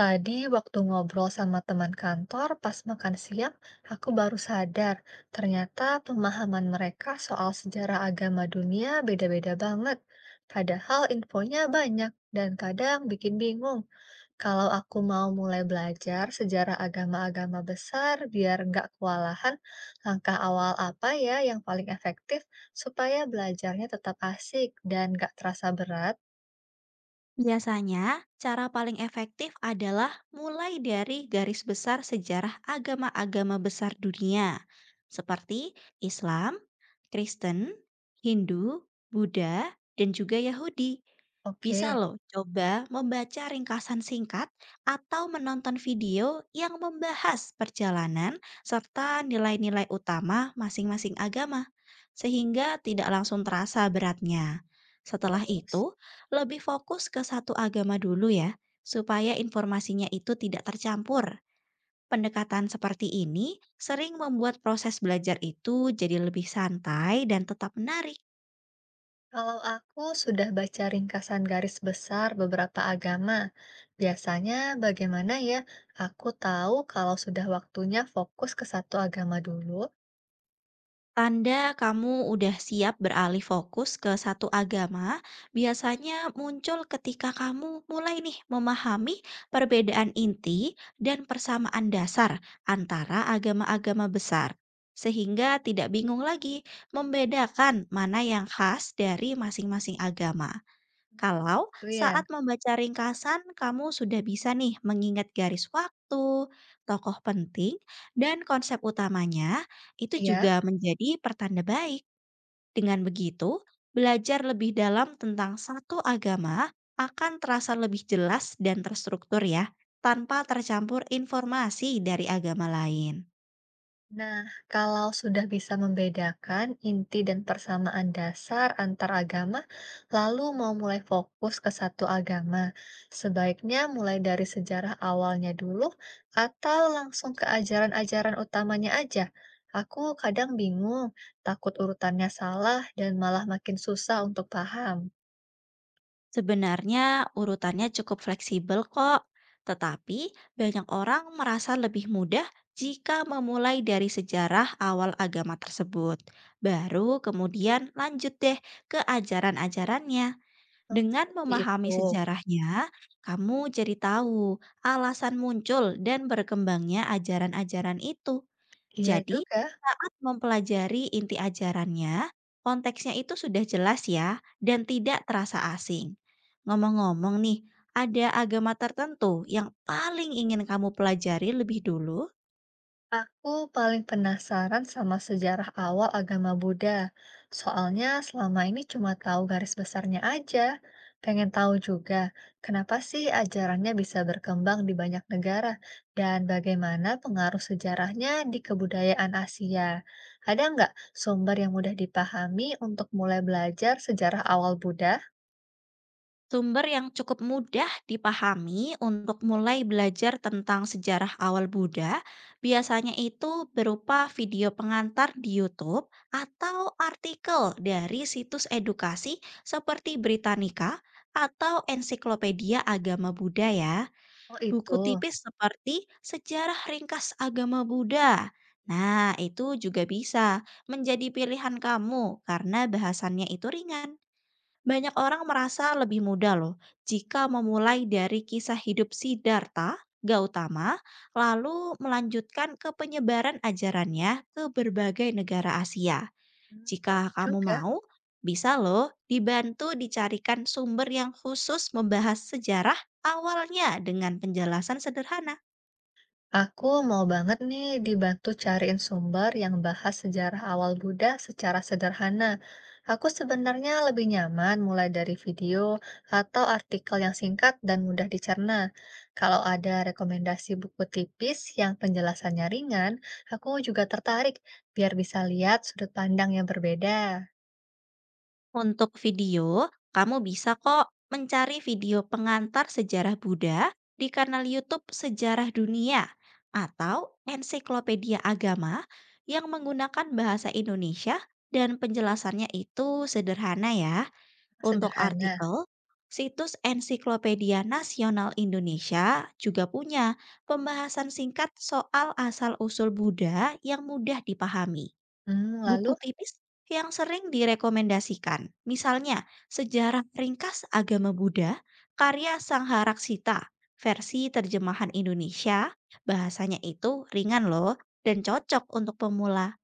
Tadi waktu ngobrol sama teman kantor pas makan siang, aku baru sadar ternyata pemahaman mereka soal sejarah agama dunia beda-beda banget. Padahal infonya banyak dan kadang bikin bingung. Kalau aku mau mulai belajar sejarah agama-agama besar biar nggak kewalahan, langkah awal apa ya yang paling efektif supaya belajarnya tetap asik dan nggak terasa berat? Biasanya, cara paling efektif adalah mulai dari garis besar sejarah agama-agama besar dunia, seperti Islam, Kristen, Hindu, Buddha, dan juga Yahudi. Oke, Bisa loh coba membaca ringkasan singkat atau menonton video yang membahas perjalanan serta nilai-nilai utama masing-masing agama, sehingga tidak langsung terasa beratnya. Setelah terus. itu, lebih fokus ke satu agama dulu ya, supaya informasinya itu tidak tercampur. Pendekatan seperti ini sering membuat proses belajar itu jadi lebih santai dan tetap menarik. Kalau aku sudah baca ringkasan garis besar beberapa agama, biasanya bagaimana ya aku tahu kalau sudah waktunya fokus ke satu agama dulu? Tanda kamu udah siap beralih fokus ke satu agama, biasanya muncul ketika kamu mulai nih memahami perbedaan inti dan persamaan dasar antara agama-agama besar, sehingga tidak bingung lagi membedakan mana yang khas dari masing-masing agama. Kalau Itu ya. saat membaca ringkasan, kamu sudah bisa nih mengingat garis waktu, tokoh penting, dan konsep utamanya, itu Iya. juga menjadi pertanda baik. Dengan begitu, belajar lebih dalam tentang satu agama akan terasa lebih jelas dan terstruktur ya, tanpa tercampur informasi dari agama lain. Nah, kalau sudah bisa membedakan inti dan persamaan dasar antar agama, lalu mau mulai fokus ke satu agama, sebaiknya mulai dari sejarah awalnya dulu atau langsung ke ajaran-ajaran utamanya aja. Aku kadang bingung, takut urutannya salah dan malah makin susah untuk paham. Sebenarnya urutannya cukup fleksibel kok, tetapi banyak orang merasa lebih mudah jika memulai dari sejarah awal agama tersebut. Baru kemudian lanjut deh ke ajaran-ajarannya. Oh, Dengan seperti memahami itu. sejarahnya, kamu jadi tahu alasan muncul dan berkembangnya ajaran-ajaran itu. Iya Jadi, juga. saat mempelajari inti ajarannya, konteksnya itu sudah jelas ya, dan tidak terasa asing. Ngomong-ngomong nih, ada agama tertentu yang paling ingin kamu pelajari lebih dulu? Aku paling penasaran sama sejarah awal agama Buddha. Soalnya selama ini cuma tahu garis besarnya aja. Pengen tahu juga, kenapa sih ajarannya bisa berkembang di banyak negara dan bagaimana pengaruh sejarahnya di kebudayaan Asia. Ada nggak sumber yang mudah dipahami untuk mulai belajar sejarah awal Buddha? Sumber yang cukup mudah dipahami untuk mulai belajar tentang sejarah awal Buddha biasanya itu berupa video pengantar di YouTube atau artikel dari situs edukasi seperti Britannica atau Ensiklopedia Agama Buddha ya. Oh Buku itu, tipis seperti Sejarah Ringkas Agama Buddha. Nah, itu juga bisa menjadi pilihan kamu karena bahasannya itu ringan, banyak orang merasa lebih mudah loh jika memulai dari kisah hidup Siddhartha Gautama, lalu melanjutkan ke penyebaran ajarannya ke berbagai negara Asia. hmm, Jika boleh kamu juga. mau, bisa loh dibantu dicarikan sumber yang khusus membahas sejarah awalnya dengan penjelasan sederhana. Aku mau banget nih dibantu cariin sumber yang bahas sejarah awal Buddha secara sederhana. Aku sebenarnya lebih nyaman mulai dari video atau artikel yang singkat dan mudah dicerna. Kalau ada rekomendasi buku tipis yang penjelasannya ringan, aku juga tertarik biar bisa lihat sudut pandang yang berbeda. Untuk video, kamu bisa kok mencari video pengantar sejarah Buddha di kanal YouTube Sejarah Dunia atau Ensiklopedia Agama yang menggunakan bahasa Indonesia dan penjelasannya itu sederhana ya. Untuk Sederhana. artikel, situs Ensiklopedia Nasional Indonesia juga punya pembahasan singkat soal asal-usul Buddha yang mudah dipahami. Hmm, lalu. Buku tipis yang sering direkomendasikan, misalnya Sejarah Ringkas Agama Buddha, karya Sangharaksita, versi terjemahan Indonesia, bahasanya itu ringan loh dan cocok untuk pemula.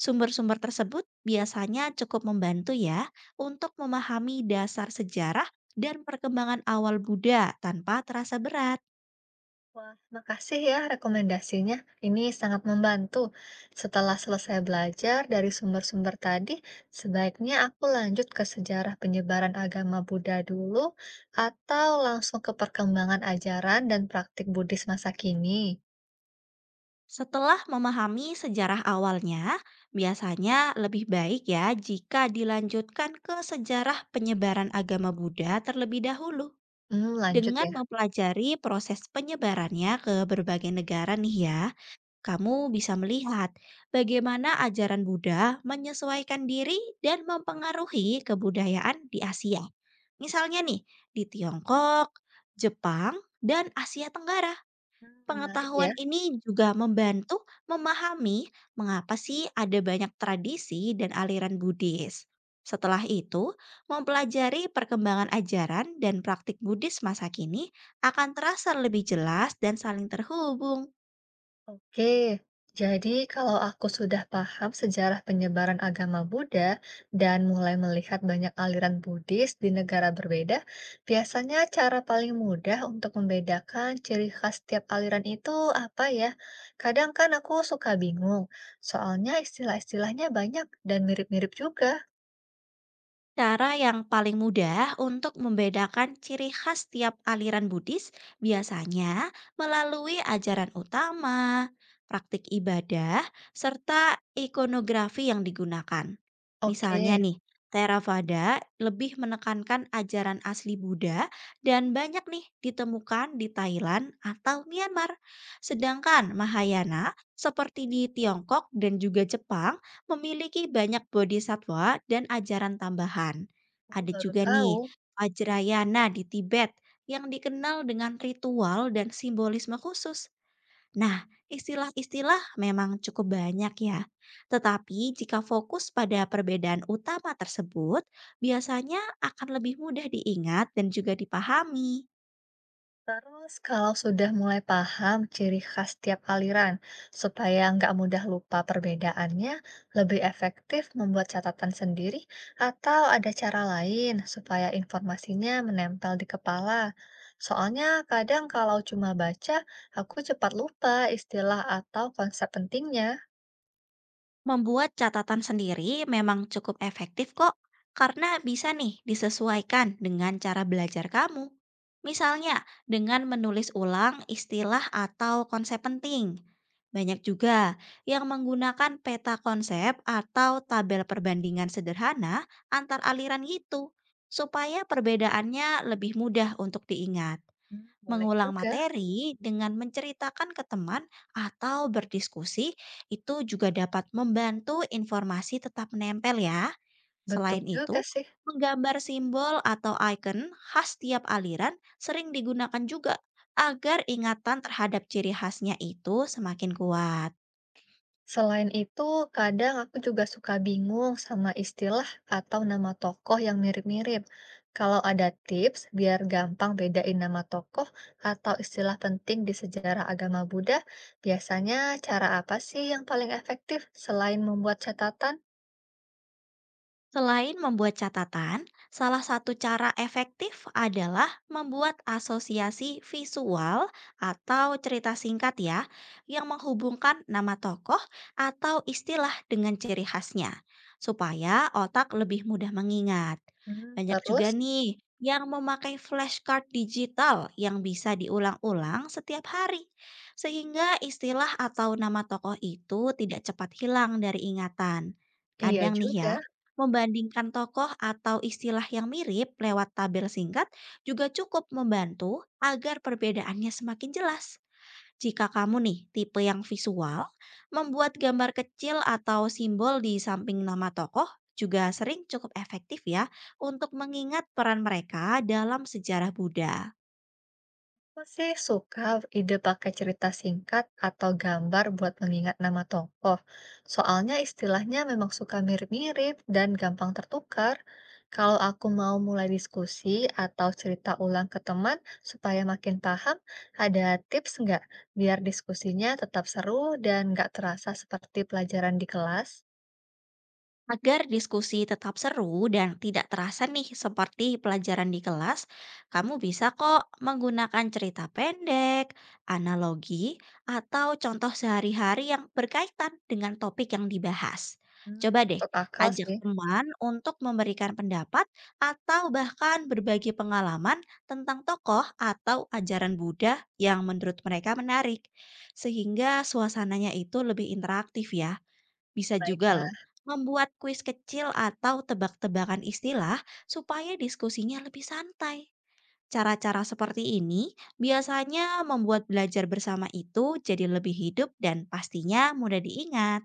Sumber-sumber tersebut biasanya cukup membantu ya untuk memahami dasar sejarah dan perkembangan awal Buddha tanpa terasa berat. Wah, makasih ya rekomendasinya. Ini sangat membantu. Setelah selesai belajar dari sumber-sumber tadi, sebaiknya aku lanjut ke sejarah penyebaran agama Buddha dulu, atau langsung ke perkembangan ajaran dan praktik Buddhis masa kini. Setelah memahami sejarah awalnya, biasanya lebih baik ya jika dilanjutkan ke sejarah penyebaran agama Buddha terlebih dahulu. Hmm, lanjut Dengan ya. mempelajari proses penyebarannya ke berbagai negara nih ya, kamu bisa melihat bagaimana ajaran Buddha menyesuaikan diri dan mempengaruhi kebudayaan di Asia. Misalnya nih, di Tiongkok, Jepang, dan Asia Tenggara. Hmm, menarik ya. Pengetahuan ini juga membantu memahami mengapa sih ada banyak tradisi dan aliran Buddhis. Setelah itu, mempelajari perkembangan ajaran dan praktik Buddhis masa kini akan terasa lebih jelas dan saling terhubung. Oke, jadi kalau aku sudah paham sejarah penyebaran agama Buddha dan mulai melihat banyak aliran Buddhis di negara berbeda, biasanya cara paling mudah untuk membedakan ciri khas setiap aliran itu apa ya? Kadang kan aku suka bingung, soalnya istilah-istilahnya banyak dan mirip-mirip juga. Cara yang paling mudah untuk membedakan ciri khas tiap aliran Buddhis biasanya melalui ajaran utama, praktik ibadah, serta ikonografi yang digunakan. Oke, Misalnya nih, Theravada lebih menekankan ajaran asli Buddha dan banyak nih ditemukan di Thailand atau Myanmar. Sedangkan Mahayana seperti di Tiongkok dan juga Jepang memiliki banyak bodhisatwa dan ajaran tambahan. aku Ada baru juga tahu. nih Vajrayana di Tibet yang dikenal dengan ritual dan simbolisme khusus. Nah, istilah-istilah memang cukup banyak ya. Tetapi jika fokus pada perbedaan utama tersebut, biasanya akan lebih mudah diingat dan juga dipahami. Terus kalau sudah mulai paham ciri khas tiap aliran, supaya nggak mudah lupa perbedaannya, lebih efektif membuat catatan sendiri atau ada cara lain supaya informasinya menempel di kepala. Soalnya kadang kalau cuma baca, aku cepat lupa istilah atau konsep pentingnya. Membuat catatan sendiri memang cukup efektif kok, karena bisa nih disesuaikan dengan cara belajar kamu. Misalnya, dengan menulis ulang istilah atau konsep penting. Banyak juga yang menggunakan peta konsep atau tabel perbandingan sederhana antar aliran gitu, supaya perbedaannya lebih mudah untuk diingat. Hmm, boleh Mengulang juga. materi dengan menceritakan ke teman atau berdiskusi itu juga dapat membantu informasi tetap menempel ya. Betul Selain juga itu, sih. menggambar simbol atau icon khas tiap aliran sering digunakan juga agar ingatan terhadap ciri khasnya itu semakin kuat. Selain itu, kadang aku juga suka bingung sama istilah atau nama tokoh yang mirip-mirip. Kalau ada tips biar gampang bedain nama tokoh atau istilah penting di sejarah agama Buddha, biasanya cara apa sih yang paling efektif selain membuat catatan? Selain membuat catatan, salah satu cara efektif adalah membuat asosiasi visual atau cerita singkat ya, yang menghubungkan nama tokoh atau istilah dengan ciri khasnya, supaya otak lebih mudah mengingat. Hmm, Banyak juga terus, nih yang memakai flashcard digital yang bisa diulang-ulang setiap hari, sehingga istilah atau nama tokoh itu tidak cepat hilang dari ingatan. iya Kadang nih juga. ya, membandingkan tokoh atau istilah yang mirip lewat tabel singkat juga cukup membantu agar perbedaannya semakin jelas. Jika kamu nih tipe yang visual, membuat gambar kecil atau simbol di samping nama tokoh juga sering cukup efektif ya untuk mengingat peran mereka dalam sejarah Buddha. Aku sih suka ide pakai cerita singkat atau gambar buat mengingat nama tokoh. Soalnya istilahnya memang suka mirip-mirip dan gampang tertukar. Kalau aku mau mulai diskusi atau cerita ulang ke teman supaya makin paham, ada tips nggak biar diskusinya tetap seru dan nggak terasa seperti pelajaran di kelas? Agar diskusi tetap seru dan tidak terasa nih seperti pelajaran di kelas, kamu bisa kok menggunakan cerita pendek, analogi, atau contoh sehari-hari yang berkaitan dengan topik yang dibahas. Hmm, Coba deh, masuk akal ajak sih. teman untuk memberikan pendapat atau bahkan berbagi pengalaman tentang tokoh atau ajaran Buddha yang menurut mereka menarik, sehingga suasananya itu lebih interaktif ya. Bisa juga loh, Baiklah. membuat kuis kecil atau tebak-tebakan istilah supaya diskusinya lebih santai. Cara-cara seperti ini biasanya membuat belajar bersama itu jadi lebih hidup dan pastinya mudah diingat.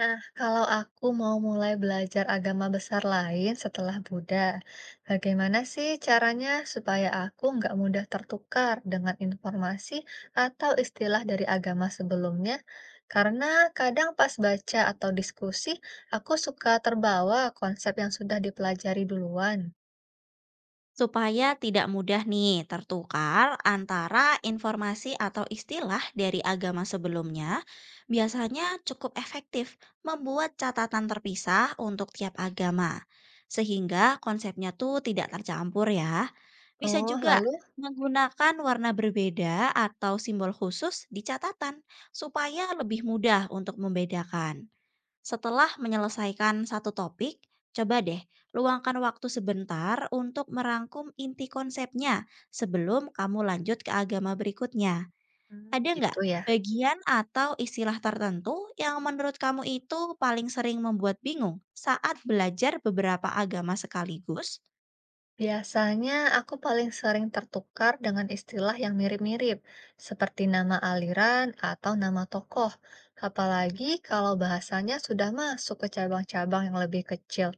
Nah, kalau aku mau mulai belajar agama besar lain setelah Buddha, bagaimana sih caranya supaya aku nggak mudah tertukar dengan informasi atau istilah dari agama sebelumnya? Karena kadang pas baca atau diskusi, aku suka terbawa konsep yang sudah dipelajari duluan. Supaya tidak mudah nih tertukar antara informasi atau istilah dari agama sebelumnya, biasanya cukup efektif membuat catatan terpisah untuk tiap agama. Sehingga konsepnya tuh tidak tercampur ya. Bisa Oh, juga lalu? menggunakan warna berbeda atau simbol khusus di catatan supaya lebih mudah untuk membedakan. Setelah menyelesaikan satu topik, coba deh luangkan waktu sebentar untuk merangkum inti konsepnya sebelum kamu lanjut ke agama berikutnya. Hmm, Ada nggak gitu ya. bagian atau istilah tertentu yang menurut kamu itu paling sering membuat bingung saat belajar beberapa agama sekaligus? Biasanya aku paling sering tertukar dengan istilah yang mirip-mirip, seperti nama aliran atau nama tokoh, apalagi kalau bahasanya sudah masuk ke cabang-cabang yang lebih kecil,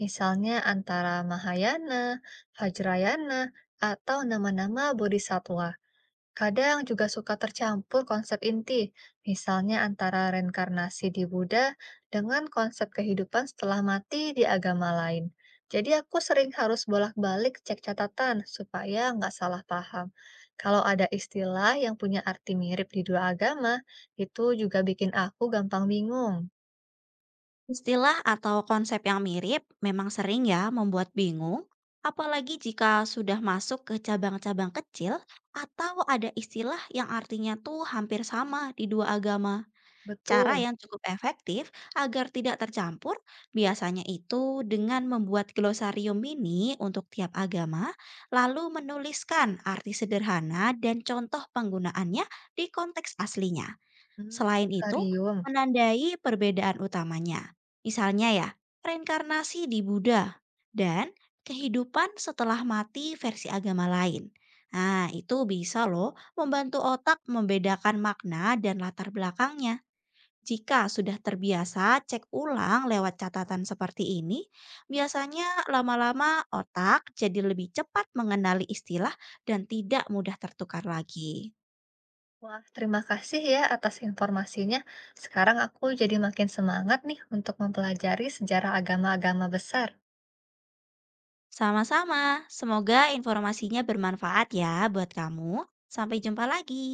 misalnya antara Mahayana, Vajrayana, atau nama-nama bodhisattva. Kadang juga suka tercampur konsep inti, misalnya antara reinkarnasi di Buddha dengan konsep kehidupan setelah mati di agama lain. Jadi aku sering harus bolak-balik cek catatan supaya nggak salah paham. Kalau ada istilah yang punya arti mirip di dua agama, itu juga bikin aku gampang bingung. Istilah atau konsep yang mirip memang sering ya membuat bingung, apalagi jika sudah masuk ke cabang-cabang kecil atau ada istilah yang artinya tuh hampir sama di dua agama. Cara Betul. yang cukup efektif agar tidak tercampur biasanya itu dengan membuat glosarium mini untuk tiap agama, lalu menuliskan arti sederhana dan contoh penggunaannya di konteks aslinya. Hmm, Selain itu, Sarium. menandai perbedaan utamanya. Misalnya ya, reinkarnasi di Buddha dan kehidupan setelah mati versi agama lain. Nah, itu bisa loh membantu otak membedakan makna dan latar belakangnya. Jika sudah terbiasa cek ulang lewat catatan seperti ini, biasanya lama-lama otak jadi lebih cepat mengenali istilah dan tidak mudah tertukar lagi. Wah, terima kasih ya atas informasinya. Sekarang aku jadi makin semangat nih untuk mempelajari sejarah agama-agama besar. Sama-sama, semoga informasinya bermanfaat ya buat kamu. Sampai jumpa lagi.